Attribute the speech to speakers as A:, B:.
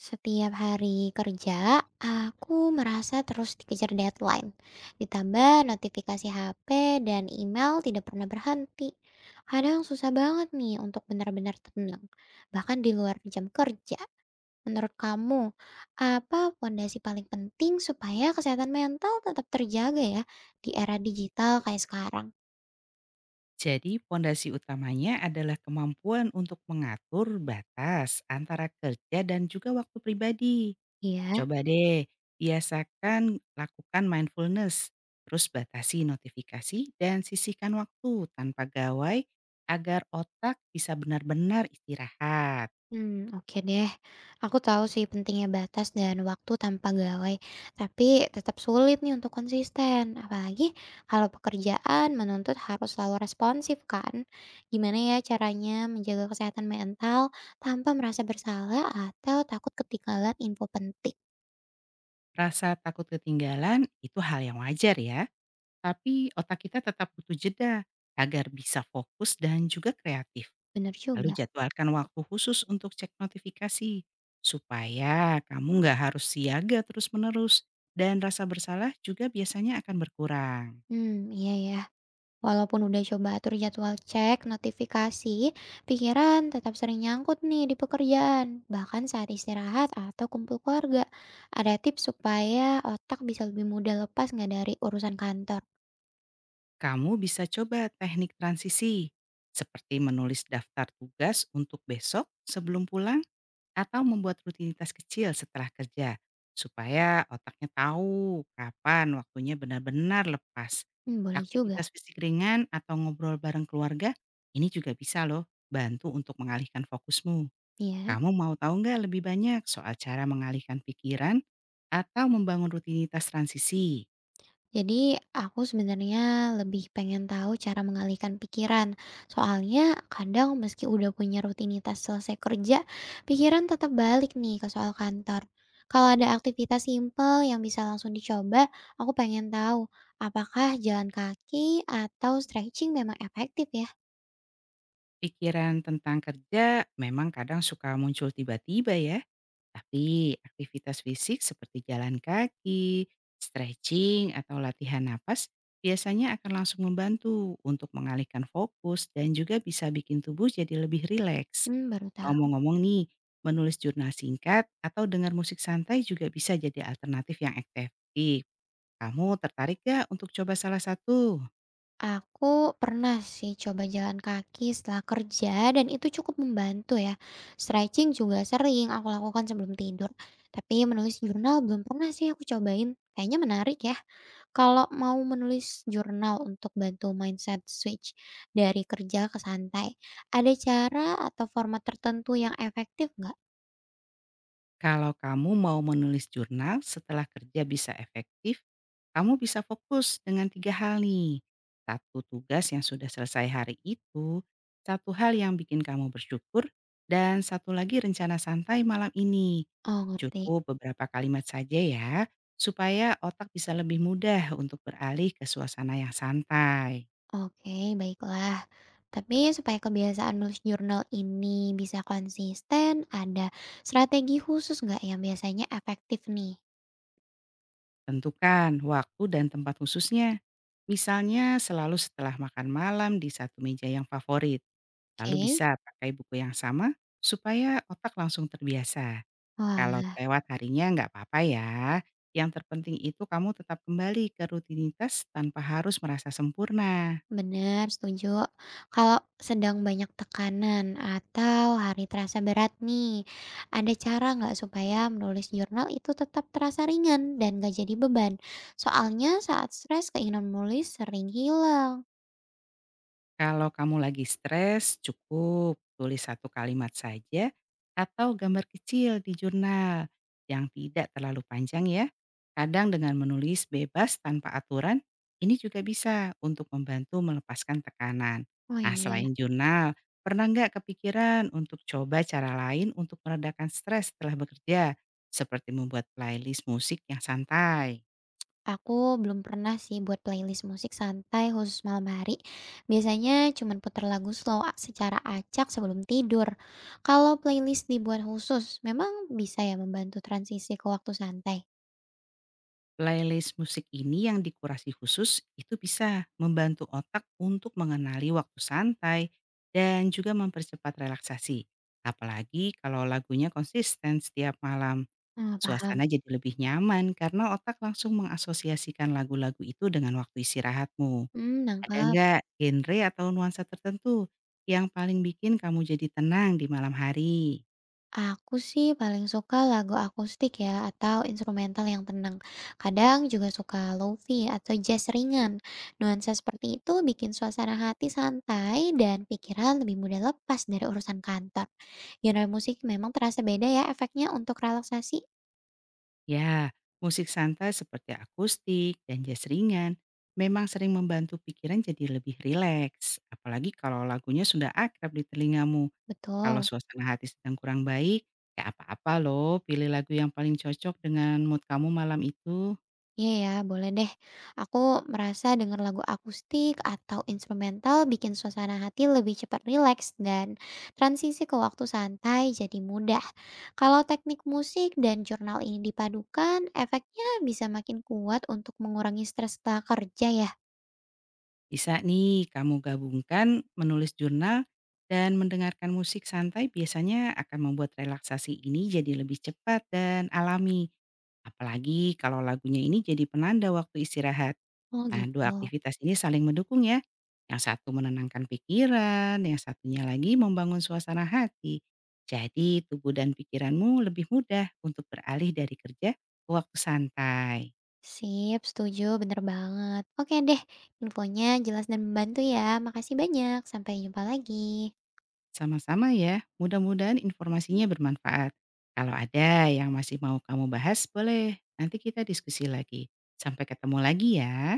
A: Setiap hari kerja, aku merasa terus dikejar deadline. Ditambah notifikasi HP dan email tidak pernah berhenti. Kadang susah banget nih untuk benar-benar tenang, bahkan di luar jam kerja. Menurut kamu, apa fondasi paling penting supaya kesehatan mental tetap terjaga ya di era digital kayak sekarang?
B: Jadi, pondasi utamanya adalah kemampuan untuk mengatur batas antara kerja dan juga waktu pribadi.
A: Iya.
B: Coba deh, biasakan lakukan mindfulness, terus batasi notifikasi dan sisihkan waktu tanpa gawai agar otak bisa benar-benar istirahat.
A: Hmm, oke deh. Aku tahu sih pentingnya batas dan waktu tanpa gawai, tapi tetap sulit nih untuk konsisten. Apalagi kalau pekerjaan menuntut harus selalu responsif kan. Gimana ya caranya menjaga kesehatan mental tanpa merasa bersalah atau takut ketinggalan info penting?
B: Rasa takut ketinggalan itu hal yang wajar ya, tapi otak kita tetap butuh jeda agar bisa fokus dan juga kreatif.
A: Bener
B: Lalu
A: juga.
B: jadwalkan waktu khusus untuk cek notifikasi, supaya kamu nggak harus siaga terus-menerus dan rasa bersalah juga biasanya akan berkurang.
A: Hmm, iya ya. Walaupun udah coba atur jadwal cek notifikasi, pikiran tetap sering nyangkut nih di pekerjaan, bahkan saat istirahat atau kumpul keluarga. Ada tips supaya otak bisa lebih mudah lepas nggak dari urusan kantor?
B: Kamu bisa coba teknik transisi, seperti menulis daftar tugas untuk besok sebelum pulang. Atau membuat rutinitas kecil setelah kerja, supaya otaknya tahu kapan waktunya benar-benar lepas.
A: Hmm, boleh
B: Aktivitas
A: juga.
B: fisik ringan atau ngobrol bareng keluarga, ini juga bisa loh bantu untuk mengalihkan fokusmu.
A: Iya.
B: Kamu mau tahu nggak lebih banyak soal cara mengalihkan pikiran atau membangun rutinitas transisi?
A: Jadi aku sebenarnya lebih pengen tahu cara mengalihkan pikiran. Soalnya kadang meski udah punya rutinitas selesai kerja, pikiran tetap balik nih ke soal kantor. Kalau ada aktivitas simpel yang bisa langsung dicoba, aku pengen tahu apakah jalan kaki atau stretching memang efektif ya?
B: Pikiran tentang kerja memang kadang suka muncul tiba-tiba ya. Tapi aktivitas fisik seperti jalan kaki, stretching, atau latihan napas biasanya akan langsung membantu untuk mengalihkan fokus dan juga bisa bikin tubuh jadi lebih rileks.
A: Hmm, baru tahu.
B: Ngomong-ngomong nih, menulis jurnal singkat atau dengar musik santai juga bisa jadi alternatif yang efektif. Kamu tertarik gak untuk coba salah satu?
A: Aku pernah sih coba jalan kaki setelah kerja dan itu cukup membantu ya. Stretching juga sering aku lakukan sebelum tidur. Tapi menulis jurnal belum pernah sih aku cobain. Kayaknya menarik ya. Kalau mau menulis jurnal untuk bantu mindset switch dari kerja ke santai, ada cara atau format tertentu yang efektif nggak?
B: Kalau kamu mau menulis jurnal setelah kerja bisa efektif, kamu bisa fokus dengan tiga hal nih. Satu tugas yang sudah selesai hari itu, satu hal yang bikin kamu bersyukur, dan satu lagi rencana santai malam ini.
A: Oh, ngerti.
B: Cukup beberapa kalimat saja ya, supaya otak bisa lebih mudah untuk beralih ke suasana yang santai.
A: Oke, baiklah. Tapi supaya kebiasaan nulis jurnal ini bisa konsisten, ada strategi khusus nggak yang biasanya efektif nih?
B: Tentukan waktu dan tempat khususnya. Misalnya selalu setelah makan malam di satu meja yang favorit. Lalu
A: Oke.
B: bisa pakai buku yang sama supaya otak langsung terbiasa.
A: Wah,
B: Kalau lewat harinya nggak apa-apa ya. Yang terpenting itu kamu tetap kembali ke rutinitas tanpa harus merasa sempurna.
A: benar, setuju. Kalau sedang banyak tekanan atau hari terasa berat nih, ada cara nggak supaya menulis jurnal itu tetap terasa ringan dan nggak jadi beban? Soalnya saat stres keinginan menulis sering hilang.
B: Kalau kamu lagi stres, cukup tulis satu kalimat saja atau gambar kecil di jurnal yang tidak terlalu panjang ya. Kadang dengan menulis bebas tanpa aturan, ini juga bisa untuk membantu melepaskan tekanan.
A: Oh
B: Nah,
A: iya.
B: selain jurnal, pernah nggak kepikiran untuk coba cara lain untuk meredakan stres setelah bekerja, seperti membuat playlist musik yang santai?
A: Aku belum pernah sih buat playlist musik santai khusus malam hari. Biasanya cuman puter lagu slow secara acak sebelum tidur. Kalau playlist dibuat khusus, memang bisa ya membantu transisi ke waktu santai.
B: Playlist musik ini yang dikurasi khusus itu bisa membantu otak untuk mengenali waktu santai dan juga mempercepat relaksasi. Apalagi kalau lagunya konsisten setiap malam,
A: Ah, paham.
B: suasana jadi lebih nyaman karena otak langsung mengasosiasikan lagu-lagu itu dengan waktu istirahatmu.
A: Hmm,
B: Ada
A: nangkap.
B: nggak genre atau nuansa tertentu yang paling bikin kamu jadi tenang di malam hari?
A: Aku sih paling suka lagu akustik ya atau instrumental yang tenang. Kadang juga suka lofi atau jazz ringan. Nuansa seperti itu bikin suasana hati santai dan pikiran lebih mudah lepas dari urusan kantor. Genre musik memang terasa beda ya efeknya untuk relaksasi.
B: Ya, musik santai seperti akustik dan jazz ringan memang sering membantu pikiran jadi lebih rileks. Apalagi kalau lagunya sudah akrab di telingamu. Kalau
A: Betul.
B: suasana hati sedang kurang baik, ya apa-apa loh pilih lagu yang paling cocok dengan mood kamu malam itu.
A: Iya ya, boleh deh. Aku merasa denger lagu akustik atau instrumental bikin suasana hati lebih cepat rileks dan transisi ke waktu santai jadi mudah. Kalau teknik musik dan jurnal ini dipadukan, efeknya bisa makin kuat untuk mengurangi stres setelah kerja ya.
B: Bisa nih kamu gabungkan menulis jurnal dan mendengarkan musik santai biasanya akan membuat relaksasi ini jadi lebih cepat dan alami. Apalagi kalau lagunya ini jadi penanda waktu istirahat.
A: Oh
B: Nah, 2
A: gitu.
B: aktivitas ini saling mendukung ya. Yang satu menenangkan pikiran, yang satunya lagi membangun suasana hati. Jadi, tubuh dan pikiranmu lebih mudah untuk beralih dari kerja ke waktu santai.
A: Sip, setuju, bener banget. Oke deh, infonya jelas dan membantu ya. Makasih banyak, sampai jumpa lagi.
B: Sama-sama ya, mudah-mudahan informasinya bermanfaat. Kalau ada yang masih mau kamu bahas, boleh nanti kita diskusi lagi. Sampai ketemu lagi ya.